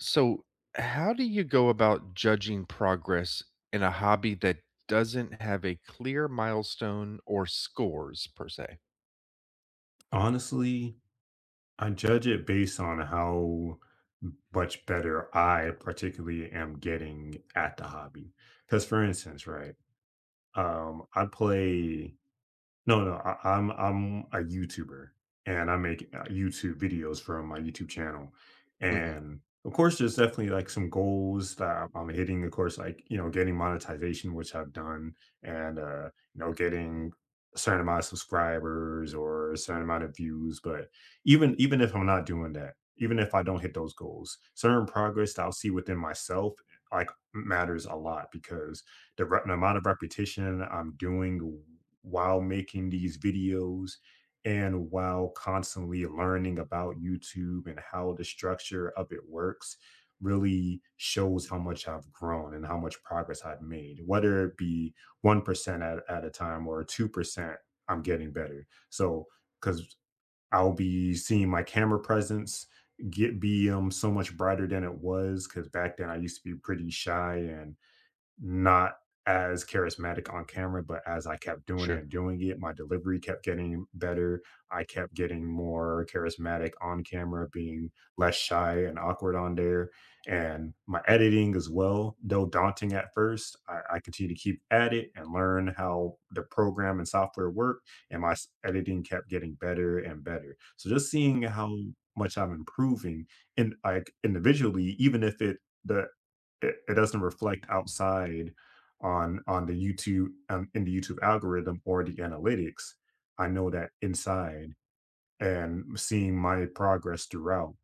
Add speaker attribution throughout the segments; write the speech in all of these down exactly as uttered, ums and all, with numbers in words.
Speaker 1: So, how do you go about judging progress in a hobby that doesn't have a clear milestone or scores per se?
Speaker 2: Honestly, I judge it based on how much better I particularly am getting at the hobby. Because for instance, right, um, I play no, no, no, I, I'm I'm a YouTuber, and I make uh, YouTube videos from my YouTube channel,
Speaker 1: hmm
Speaker 2: and of course, there's definitely like some goals that I'm I'm hitting. Of course, like you know, getting monetization, which I've done, and uh, you know, getting a certain amount of subscribers or a certain amount of views. But even even if I'm not doing that, even if I don't hit those goals, certain progress that I'll see within myself like matters a lot because the, re- the amount of repetition I'm doing while making these videos and while constantly learning about YouTube and how the structure of it works really shows how much I've grown and how much progress I've made, whether it be one percent at, at a time or two percent, I'm getting better. So, because I'll be seeing my camera presence get be um so much brighter than it was, because back then I used to be pretty shy and not as charismatic on camera, but as I kept doing it
Speaker 1: Sure.
Speaker 2: and doing it, my delivery kept getting better. I kept getting more charismatic on camera, being less shy and awkward on there. And my editing as well, though daunting at first, I, I continue to keep at it and learn how the program and software work. And my s- editing kept getting better and better. So just seeing how much I'm improving in, like, individually, even if it the it, it doesn't reflect outside on on the YouTube um, in the YouTube algorithm or the analytics. I know that inside and seeing my progress throughout,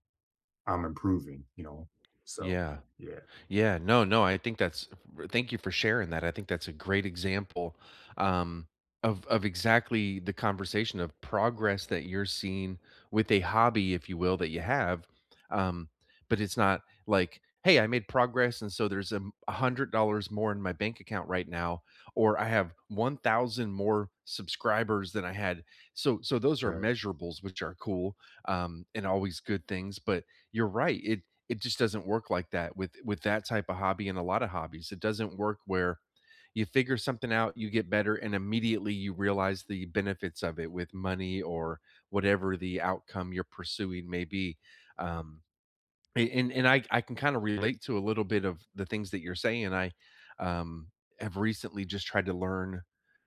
Speaker 2: I'm improving. You know, so
Speaker 1: Yeah.
Speaker 2: yeah.
Speaker 1: Yeah, no, no, I think that's thank you for sharing that. I think that's a great example um, of of exactly the conversation of progress that you're seeing with a hobby, if you will, that you have. Um, but it's not like, hey, I made progress, and so there's a m- a hundred dollars more in my bank account right now, or I have one thousand more subscribers than I had. So, so those are
Speaker 2: Right.
Speaker 1: measurables, which are cool, um, and always good things. But you're right. It it just doesn't work like that with with that type of hobby and a lot of hobbies. It doesn't work where you figure something out, you get better, and immediately you realize the benefits of it with money or whatever the outcome you're pursuing may be. Um, a- and and I I can kind of relate to a little bit of the things that you're saying. I um have recently just tried to learn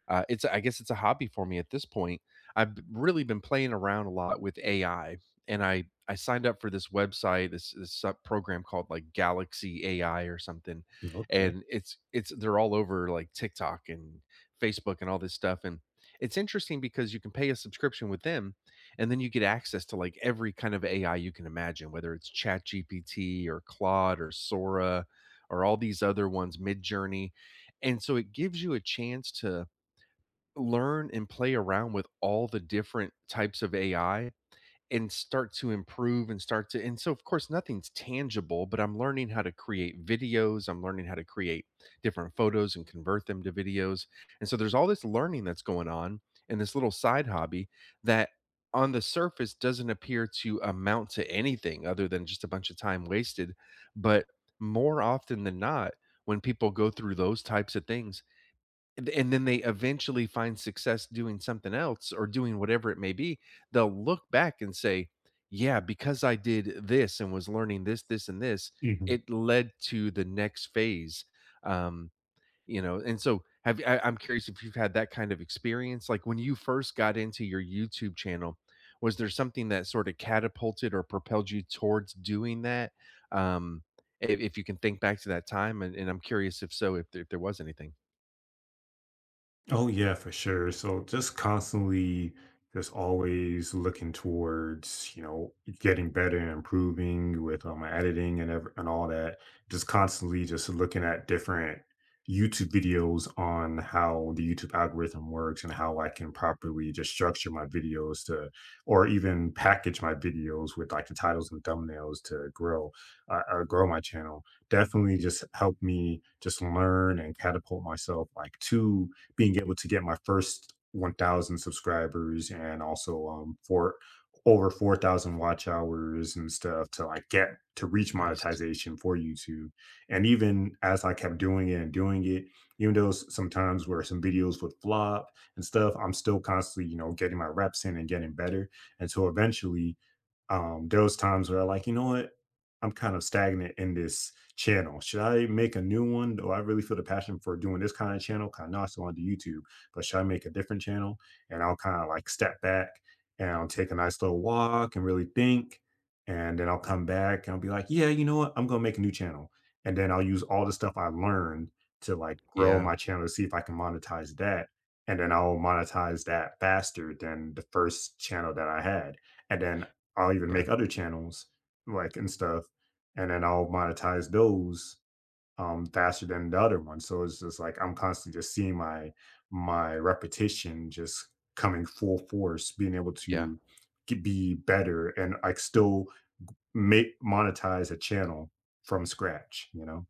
Speaker 1: uh it's I guess it's a hobby for me at this point. I've b- really been playing around a lot with A I, and I I signed up for this website, this this sub program called like Galaxy A I or something,
Speaker 2: Okay.
Speaker 1: and it's it's they're all over like TikTok and Facebook and all this stuff. And it's interesting because you can pay a subscription with them, and then you get access to like every kind of A I you can imagine, whether it's ChatGPT or Claude or Sora or all these other ones, Midjourney. And so it gives you a chance to learn and play around with all the different types of A I and start to improve and start to and so of course nothing's tangible, but I'm learning how to create videos, I'm learning how to create different photos and convert them to videos. And so there's all this learning that's going on in this little side hobby that on the surface doesn't appear to amount to anything other than just a bunch of time wasted. But more often than not, when people go through those types of things, and and then they eventually find success doing something else or doing whatever it may be, they'll look back and say, "Yeah, because I did this and was learning this, this, and this,
Speaker 2: Mhm.
Speaker 1: it led to the next phase." Um, you know, and so have I, I'm curious if you've had that kind of experience. Like when you first got into your YouTube channel, was there something that sort of catapulted or propelled you towards doing that? Um, if, if you can think back to that time, and, and I'm curious if so, if there, if there was anything.
Speaker 2: Oh yeah, for sure. So just constantly just always looking towards, you know, getting better and improving with um, my editing and ev- and all that. Just constantly just looking at different YouTube videos on how the YouTube algorithm works and how I can properly just structure my videos to, or even package my videos with, like, the titles and thumbnails to grow, uh, uh, grow my channel. Definitely just help me just learn and catapult myself like to being able to get my first one thousand subscribers and also um, for over four thousand watch hours and stuff to like get to reach
Speaker 1: Nice.
Speaker 2: monetization for YouTube. And even as I kept doing it and doing it, even though s- sometimes where some videos would flop and stuff, I'm still constantly, you know, getting my reps in and getting better. And so eventually, um, there was times where I like, you know what, I'm kind of stagnant in this channel. Should I make a new one? Do I really feel the passion for doing this kind of channel? 'Cause I know I still want to do YouTube, but should I make a different channel? And I'll kind of like step back and I'll take a nice little walk and really think. And then I'll come back and I'll be like, yeah, you know what? I'm going to make a new channel. And then I'll use all the stuff I learned to like grow
Speaker 1: Yeah,
Speaker 2: my channel to see if I can monetize that. And then I'll monetize that faster than the first channel that I had. And then I'll even
Speaker 1: yeah,
Speaker 2: make other channels like and stuff and then I'll monetize those um, faster than the other one. So it's just like I'm constantly just seeing my my repetition just coming full force, being able
Speaker 1: yeah.
Speaker 2: to get, be better and like still make monetize a channel from scratch. You know?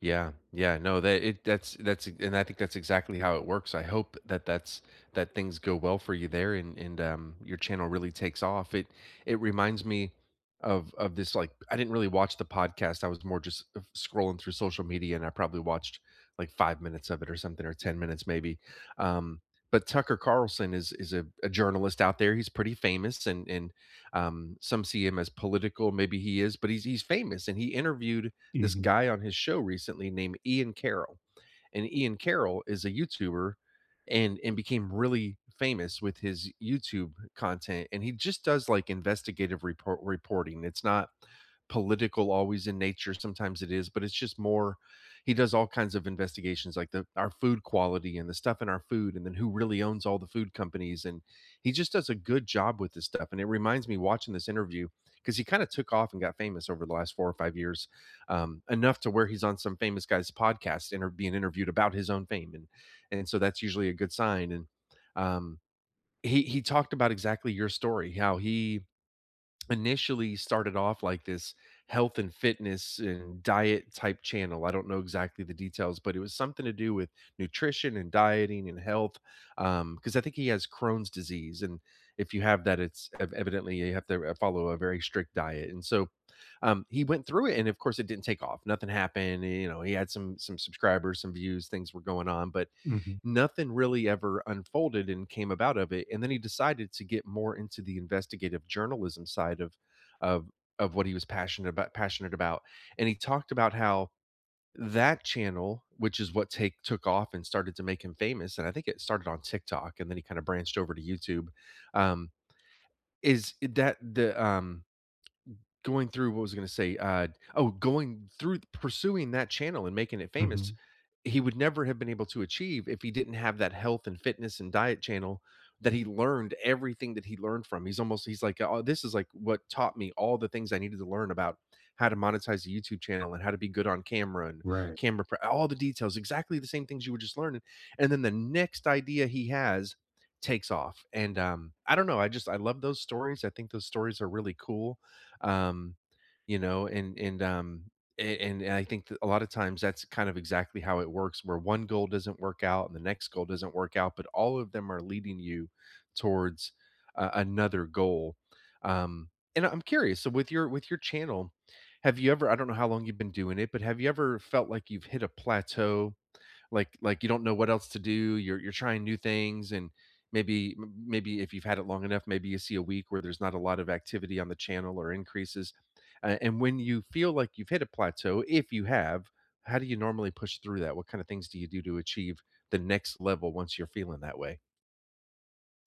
Speaker 1: Yeah, yeah, no, that it that's that's and I think that's exactly how it works. I hope that that's that things go well for you there, and and um, your channel really takes off. It it reminds me of of this like I didn't really watch the podcast. I was more just uh, scrolling through social media, and I probably watched like five minutes of it or something, or ten minutes maybe. Um, but Tucker Carlson is is a, a journalist out there. He's pretty famous, and and um, some see him as political. Maybe he is, but he's he's famous, and he interviewed this
Speaker 2: Hmm.
Speaker 1: guy on his show recently named Ian Carroll. And Ian Carroll is a YouTuber, and and became really famous with his YouTube content, and he just does like investigative report reporting. It's not political always in nature, sometimes it is, but it's just more he does all kinds of investigations, like the our food quality and the stuff in our food, and then who really owns all the food companies. And he just does a good job with this stuff, and it reminds me watching this interview because he kind of took off and got famous over the last four or five years, um, enough to where he's on some famous guy's podcast and are being interviewed about his own fame, and and so that's usually a good sign. And um, he he talked about exactly your story, how he initially started off like this health and fitness and diet type channel. I don't know exactly the details, but it was something to do with nutrition and dieting and health. Um, because I think he has Crohn's disease, and if you have that, it's ev- evidently you have to uh, follow a very strict diet. And so, um, he went through it, and of course, it didn't take off. Nothing happened. You know, he had some some subscribers, some views, things were going on, but
Speaker 2: Hmm.
Speaker 1: nothing really ever unfolded and came about of it. And then he decided to get more into the investigative journalism side of of of what he was passionate about, passionate about and he talked about how that channel, which is what take took off and started to make him famous. And I think it started on TikTok and then he kind of branched over to YouTube. Um is that the um going through what was I going to say uh oh Going through pursuing that channel and making it famous,
Speaker 2: Hmm.
Speaker 1: he would never have been able to achieve if he didn't have that health and fitness and diet channel, that he learned everything that he learned from. He's almost he's like, oh, this is like what taught me all the things I needed to learn about how to monetize the YouTube channel and how to be good on camera and
Speaker 2: Right.
Speaker 1: camera pre- all the details, exactly the same things you were just learning. And then the next idea he has takes off. And um, I don't know, I just I love those stories. I think those stories are really cool. Um, you know, and and um a- and and I think that a lot of times that's kind of exactly how it works, where one goal doesn't work out and the next goal doesn't work out, but all of them are leading you towards uh, another goal. Um, and I'm curious, so with your with your channel, have you ever? I don't know how long you've been doing it, but have you ever felt like you've hit a plateau, like like you don't know what else to do, you're you're trying new things, and maybe m maybe if you've had it long enough, maybe you see a week where there's not a lot of activity on the channel or increases, a and when you feel like you've hit a plateau, if you have, how do you normally push through that? What kind of things do you do to achieve the next level once you're feeling that way?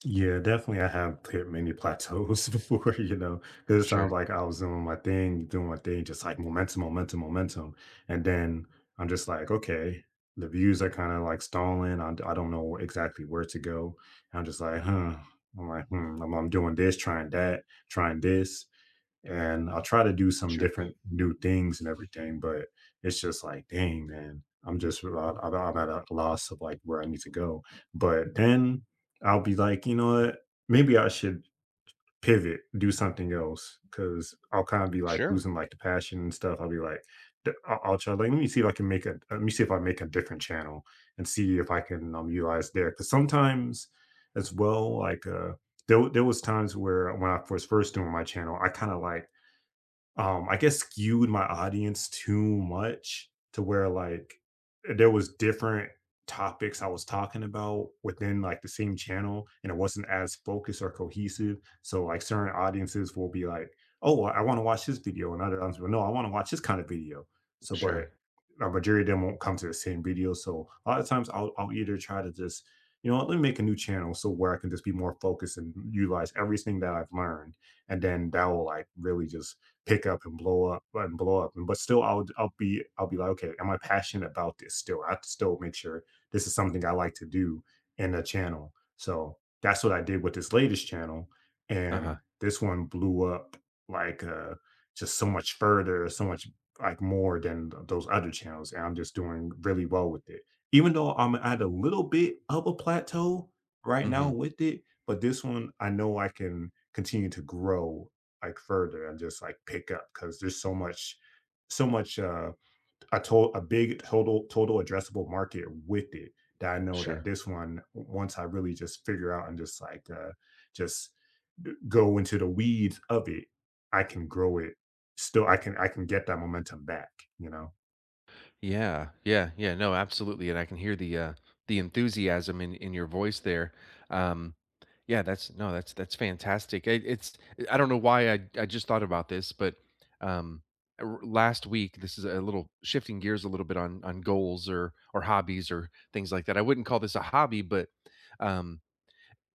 Speaker 2: Yeah, definitely. I have hit many plateaus before, you know, because it
Speaker 1: Sure,
Speaker 2: sounds like I was doing my thing, doing my thing, just like momentum, momentum, momentum. And then I'm just like, okay, the views are kind of like stalling. I, I don't know exactly where to go. And I'm just like, huh. I'm like, hmm, I'm, I'm doing this, trying that, trying this, and I try to do some
Speaker 1: sure,
Speaker 2: different new things and everything, but it's just like, dang, man, I'm just I, I- I'm at a loss of like where I need to go. But then I'll be like, you know what? Maybe I should pivot, do something else, because I'll kind of be like
Speaker 1: sure,
Speaker 2: losing like the passion and stuff. I'll be like, "D- I'll, I'll try. Like, let me see if I can make a. uh, Let me see if I make a different channel and see if I can um, utilize there. Because sometimes, as well, like uh, there w- there was times where when I was first doing my channel, I kind of like um, I guess skewed my audience too much to where like there was different topics I was talking about within like the same channel, and it wasn't as focused or cohesive. So like certain audiences will be like, oh, I want to watch this video. And other ones will, no, I want to watch this kind of video. So
Speaker 1: sure.
Speaker 2: but a majority of them won't come to the same video. So a lot of times I'll I'll either try to just, you know what, let me make a new channel so where I can just be more focused and utilize everything that I've learned. And then that will like really just pick up and blow up and blow up. And but still, I'll I'll be I'll be like, okay, am I passionate about this? Still, I still make sure this is something I like to do in the channel. So that's what I did with this latest channel,
Speaker 1: Uh-huh.
Speaker 2: and this one blew up like uh just so much further, so much like more than th- those other channels, and I'm just doing really well with it. Even though I'm at a little bit of a plateau right now
Speaker 1: Mhm.
Speaker 2: with it, but this one I know I can continue to grow like further and just like pick up because there's so much so much uh a total a big total total addressable market with it, that I know that
Speaker 1: Sure.
Speaker 2: this one, once I really just figure out and just like uh just d- go into the weeds of it, I can grow it. Still I can I can get that momentum back, you know.
Speaker 1: Yeah, yeah, yeah. No, absolutely, and I can hear the uh, the enthusiasm in in your voice there. Um, yeah, that's no, that's that's fantastic. It, it's I don't know why I I just thought about this, but um, r- last week, this is a little shifting gears a little bit on on goals or or hobbies or things like that. I wouldn't call this a hobby, but um,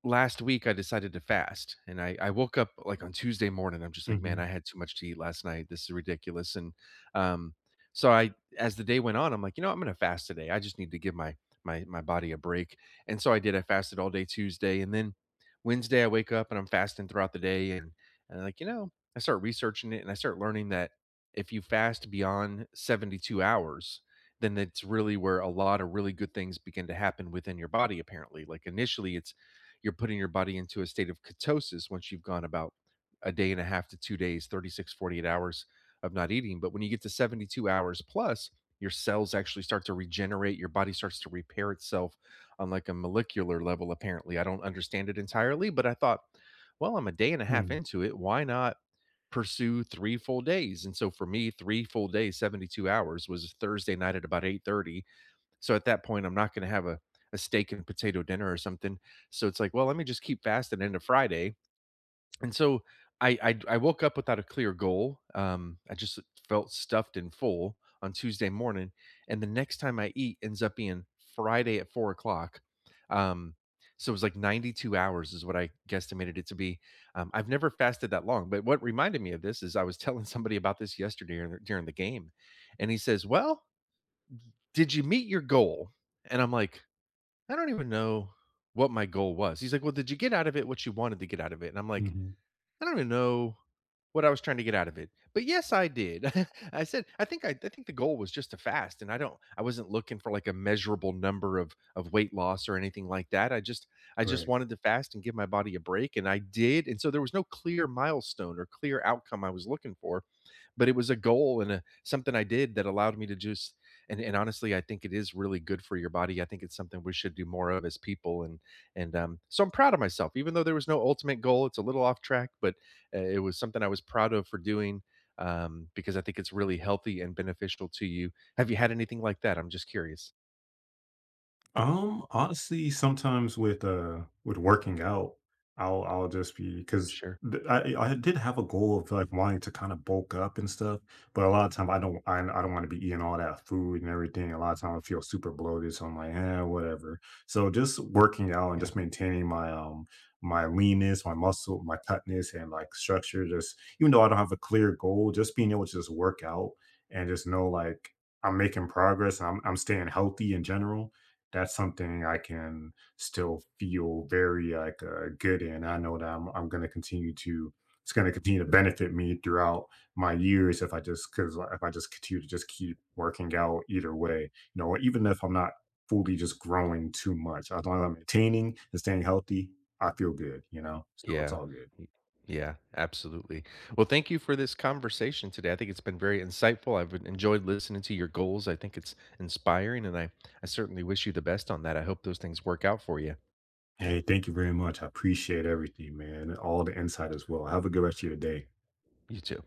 Speaker 1: last week I decided to fast, and I, I woke up like on Tuesday morning. I'm just like, man,
Speaker 2: Mm-hmm.
Speaker 1: I had too much to eat last night. This is ridiculous. And um, so I, as the day went on, I'm like, you know, I'm going to fast today. I just need to give my, my, my body a break. And so I did, I fasted all day Tuesday. And then Wednesday I wake up and I'm fasting throughout the day. And, and like, you know, I start researching it and I start learning that if you fast beyond seventy-two hours, then that's really where a lot of really good things begin to happen within your body. Apparently, like initially it's you're putting your body into a state of ketosis once you've gone about a day and a half to two days, thirty-six, forty-eight hours of not eating. But when you get to seventy-two hours plus, your cells actually start to regenerate. Your body starts to repair itself on like a molecular level, apparently. I don't understand it entirely, but I thought, well, I'm a day and a half into it. Why not pursue three full days? And so for me, three full days, seventy-two hours, was Thursday night at about eight thirty, so at that point, I'm not going to have a, a steak and potato dinner or something. So it's like, well, let me just keep fasting into Friday. And so I, I I woke up without a clear goal. Um, I just felt stuffed and full on Tuesday morning, and the next time I eat ends up being Friday at four o'clock. Um, so it was like ninety-two hours is what I guesstimated it to be. Um, I've never fasted that long, but what reminded me of this is I was telling somebody about this yesterday during during the game, and he says, "Well, did you meet your goal?" And I'm like, I don't even know what my goal was. He's like, "Well, did you get out of it what you wanted to get out of it?" And I'm like,
Speaker 2: Mm-hmm.
Speaker 1: "I don't even know what I was trying to get out of it." But yes, I did. I said, "I think I, I think the goal was just to fast." And I don't I wasn't looking for like a measurable number of of weight loss or anything like that. I just I just
Speaker 2: Right.
Speaker 1: wanted to fast and give my body a break, and I did. And so there was no clear milestone or clear outcome I was looking for, but it was a goal and a, something I did that allowed me to just and and honestly, I think it is really good for your body. I think it's something we should do more of as people, and and um, so I'm proud of myself. Even though there was no ultimate goal, it's a little off track, but uh, it was something I was proud of for doing, um, because I think it's really healthy and beneficial to you. Have you had anything like that? I'm just curious.
Speaker 2: Um, honestly, sometimes with uh with working out, I'll I'll just be, because
Speaker 1: Sure.
Speaker 2: I I did have a goal of like wanting to kind of bulk up and stuff, but a lot of time I don't I, I don't want to be eating all that food and everything. A lot of time I feel super bloated, so I'm like, eh, whatever. So just working out and
Speaker 1: Yeah.
Speaker 2: just maintaining my um my leanness, my muscle, my tightness, and like structure. Just even though I don't have a clear goal, just being able to just work out and just know like I'm making progress and I'm I'm staying healthy in general, that's something I can still feel very like uh, good in. I know that I'm I'm going to continue to, it's going to continue to benefit me throughout my years if I just, because if I just continue to just keep working out either way, you know, even if I'm not fully just growing too much, as long as I'm maintaining and staying healthy, I feel good, you know. So it's
Speaker 1: Yeah.
Speaker 2: all good.
Speaker 1: Y Yeah, absolutely. Well, thank you for this conversation today. I think it's been very insightful. I've enjoyed listening to your goals. I think it's inspiring, and I I certainly wish you the best on that. I hope those things work out for you.
Speaker 2: Hey, thank you very much. I appreciate everything, man, and all the insight as well. Have a good rest of your day.
Speaker 1: You too.